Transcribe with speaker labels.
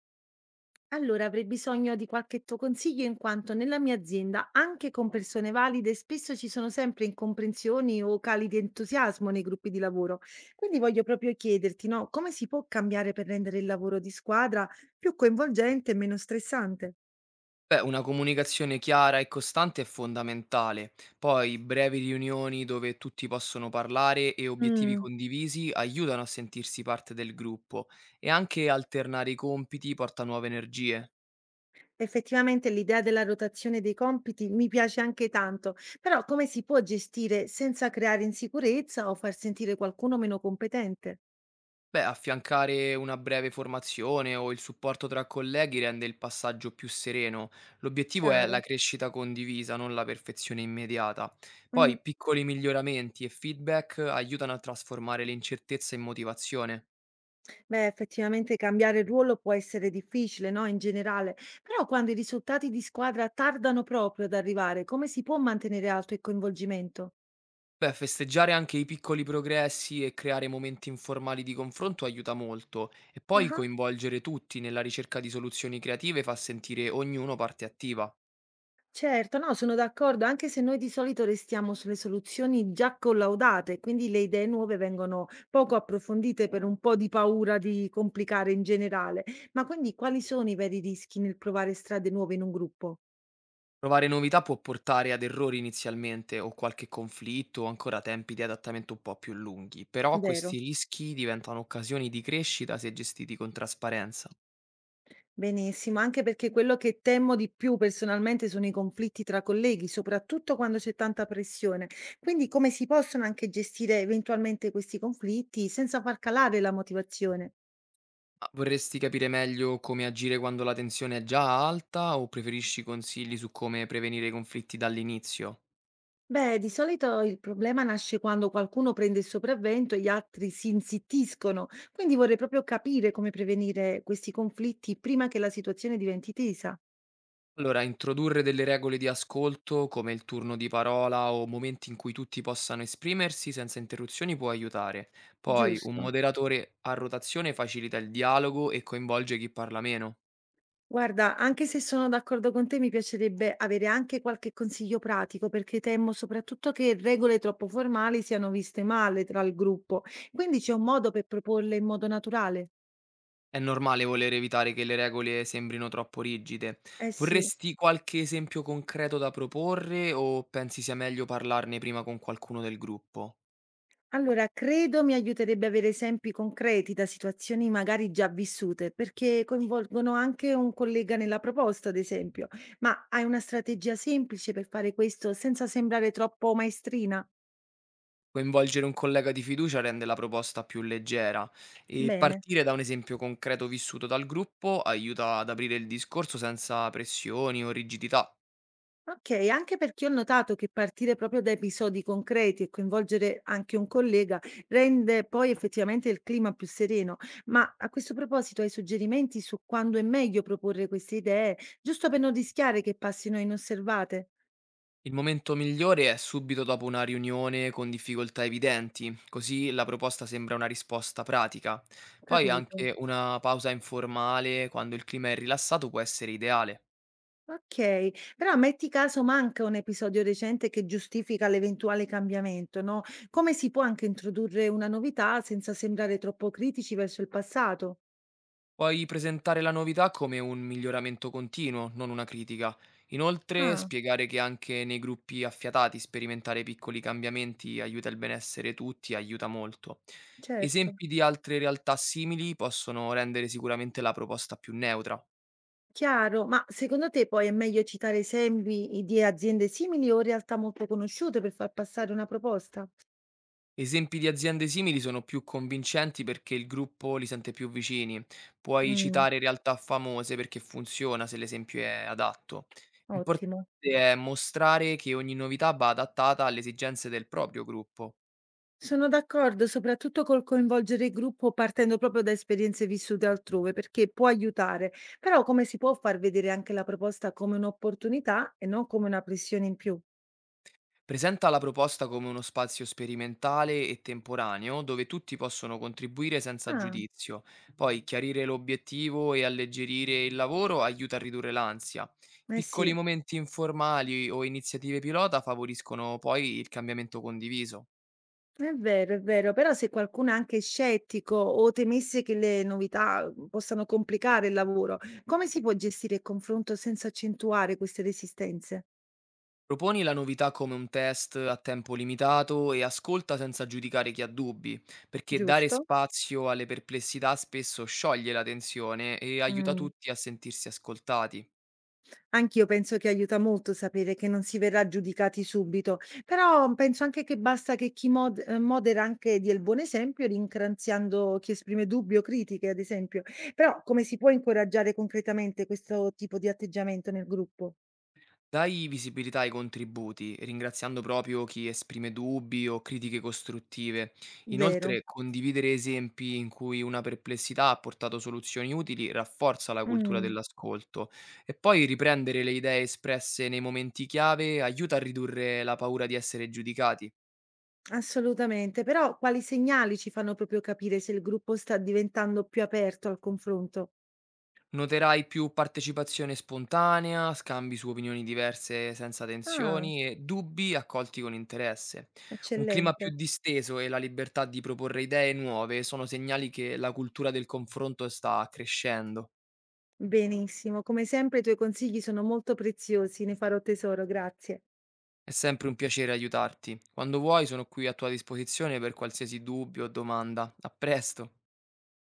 Speaker 1: Allora, avrei bisogno di qualche tuo consiglio in quanto nella mia azienda, anche con persone valide, spesso ci sono sempre incomprensioni o cali di entusiasmo nei gruppi di lavoro. Quindi voglio proprio chiederti, no, come si può cambiare per rendere il lavoro di squadra più coinvolgente e meno stressante?
Speaker 2: Beh, una comunicazione chiara e costante è fondamentale. Poi brevi riunioni dove tutti possono parlare e obiettivi
Speaker 1: Mm,
Speaker 2: condivisi aiutano a sentirsi parte del gruppo e anche alternare i compiti porta nuove energie.
Speaker 1: Effettivamente l'idea della rotazione dei compiti mi piace anche tanto, però come si può gestire senza creare insicurezza o far sentire qualcuno meno competente?
Speaker 2: Beh, affiancare una breve formazione o il supporto tra colleghi rende il passaggio più sereno. L'obiettivo è
Speaker 1: Chiaro.
Speaker 2: la crescita condivisa, non la perfezione immediata.
Speaker 1: Mm.
Speaker 2: Poi piccoli miglioramenti e feedback aiutano a trasformare l'incertezza in motivazione.
Speaker 1: Beh, effettivamente cambiare ruolo può essere difficile, no? In generale, però quando i risultati di squadra tardano proprio ad arrivare, come si può mantenere alto il coinvolgimento?
Speaker 2: Beh, festeggiare anche i piccoli progressi e creare momenti informali di confronto aiuta molto e poi
Speaker 1: Ah,
Speaker 2: coinvolgere tutti nella ricerca di soluzioni creative fa sentire ognuno parte attiva.
Speaker 1: certo, no, sono d'accordo, anche se noi di solito restiamo sulle soluzioni già collaudate, quindi le idee nuove vengono poco approfondite per un po' di paura di complicare in generale. Ma quindi quali sono i veri rischi nel provare strade nuove in un gruppo?
Speaker 2: Provare novità può portare ad errori inizialmente o qualche conflitto o ancora tempi di adattamento un po' più lunghi, però
Speaker 1: Vero?
Speaker 2: questi rischi diventano occasioni di crescita se gestiti con trasparenza.
Speaker 1: Benissimo, anche perché quello che temo di più personalmente sono i conflitti tra colleghi, soprattutto quando c'è tanta pressione. Quindi come si possono anche gestire eventualmente questi conflitti senza far calare la motivazione?
Speaker 2: Ma vorresti capire meglio come agire quando la tensione è già alta o preferisci consigli su come prevenire i conflitti dall'inizio?
Speaker 1: Beh, di solito il problema nasce quando qualcuno prende il sopravvento e gli altri si insittiscono, quindi vorrei proprio capire come prevenire questi conflitti prima che la situazione diventi tesa.
Speaker 2: Allora, introdurre delle regole di ascolto, come il turno di parola o momenti in cui tutti possano esprimersi senza interruzioni, può aiutare. Poi, un
Speaker 1: Giusto.
Speaker 2: moderatore a rotazione facilita il dialogo e coinvolge chi parla meno.
Speaker 1: Guarda, anche se sono d'accordo con te, mi piacerebbe avere anche qualche consiglio pratico, perché temo soprattutto che regole troppo formali siano viste male tra il gruppo. Quindi c'è un modo per proporle in modo naturale?
Speaker 2: È normale voler evitare che le regole sembrino troppo rigide.
Speaker 1: Eh sì.
Speaker 2: Vorresti qualche esempio concreto da proporre o pensi sia meglio parlarne prima con qualcuno del gruppo?
Speaker 1: Allora, credo mi aiuterebbe avere esempi concreti da situazioni magari già vissute, perché coinvolgono anche un collega nella proposta, ad esempio. Ma hai una strategia semplice per fare questo senza sembrare troppo maestrina?
Speaker 2: Coinvolgere un collega di fiducia rende la proposta più leggera e
Speaker 1: Bene.
Speaker 2: partire da un esempio concreto vissuto dal gruppo aiuta ad aprire il discorso senza pressioni o rigidità.
Speaker 1: Okay, anche perché ho notato che partire proprio da episodi concreti e coinvolgere anche un collega rende poi effettivamente il clima più sereno. Ma a questo proposito hai suggerimenti su quando è meglio proporre queste idee, giusto per non rischiare che passino inosservate?
Speaker 2: Il momento migliore è subito dopo una riunione con difficoltà evidenti, così la proposta sembra una risposta pratica. Poi
Speaker 1: Capito.
Speaker 2: anche una pausa informale, quando il clima è rilassato, può essere ideale.
Speaker 1: Okay, però metti caso manca un episodio recente che giustifica l'eventuale cambiamento, no, come si può anche introdurre una novità senza sembrare troppo critici verso il passato?
Speaker 2: Puoi presentare la novità come un miglioramento continuo, non una critica. Inoltre,
Speaker 1: Ah,
Speaker 2: spiegare che anche nei gruppi affiatati sperimentare piccoli cambiamenti aiuta il benessere tutti, aiuta molto.
Speaker 1: certo.
Speaker 2: Esempi di altre realtà simili possono rendere sicuramente la proposta più neutra.
Speaker 1: Chiaro, ma secondo te poi è meglio citare esempi di aziende simili o realtà molto conosciute per far passare una proposta?
Speaker 2: Esempi di aziende simili sono più convincenti perché il gruppo li sente più vicini. Puoi
Speaker 1: Mm,
Speaker 2: citare realtà famose perché funziona se l'esempio è adatto. L'importante
Speaker 1: ottimo.
Speaker 2: è mostrare che ogni novità va adattata alle esigenze del proprio gruppo.
Speaker 1: Sono d'accordo, soprattutto col coinvolgere il gruppo partendo proprio da esperienze vissute altrove, perché può aiutare, però come si può far vedere anche la proposta come un'opportunità e non come una pressione in più?
Speaker 2: Presenta la proposta come uno spazio sperimentale e temporaneo dove tutti possono contribuire senza
Speaker 1: Ah,
Speaker 2: giudizio. Poi chiarire l'obiettivo e alleggerire il lavoro aiuta a ridurre l'ansia.
Speaker 1: eh
Speaker 2: Piccoli
Speaker 1: sì.
Speaker 2: momenti informali o iniziative pilota favoriscono poi il cambiamento condiviso.
Speaker 1: È vero, però se qualcuno è anche scettico o temesse che le novità possano complicare il lavoro, come si può gestire il confronto senza accentuare queste resistenze,
Speaker 2: Proponi la novità come un test a tempo limitato e ascolta senza giudicare chi ha dubbi, perché dare
Speaker 1: giusto?
Speaker 2: spazio alle perplessità spesso scioglie la tensione e aiuta
Speaker 1: Mm.
Speaker 2: tutti a sentirsi ascoltati.
Speaker 1: Anch'io penso che aiuta molto sapere che non si verrà giudicati subito, però penso anche che basta che chi modera anche dia il buon esempio, ringraziando chi esprime dubbi o critiche, ad esempio. Però come si può incoraggiare concretamente questo tipo di atteggiamento nel gruppo?
Speaker 2: Dai visibilità ai contributi, ringraziando proprio chi esprime dubbi o critiche costruttive.
Speaker 1: Vero.
Speaker 2: Inoltre, condividere esempi in cui una perplessità ha portato soluzioni utili rafforza la cultura
Speaker 1: Mm.
Speaker 2: dell'ascolto. E poi riprendere le idee espresse nei momenti chiave aiuta a ridurre la paura di essere giudicati.
Speaker 1: Assolutamente, però quali segnali ci fanno proprio capire se il gruppo sta diventando più aperto al confronto?
Speaker 2: Noterai più partecipazione spontanea, scambi su opinioni diverse senza
Speaker 1: Ah,
Speaker 2: tensioni e dubbi accolti con interesse. Un clima
Speaker 1: eccellente.
Speaker 2: più disteso e la libertà di proporre idee nuove sono segnali che la cultura del confronto sta crescendo.
Speaker 1: Benissimo, come sempre i tuoi consigli sono molto preziosi, ne farò tesoro, grazie.
Speaker 2: È sempre un piacere aiutarti. Quando vuoi sono qui a tua disposizione per qualsiasi dubbio o domanda. A presto!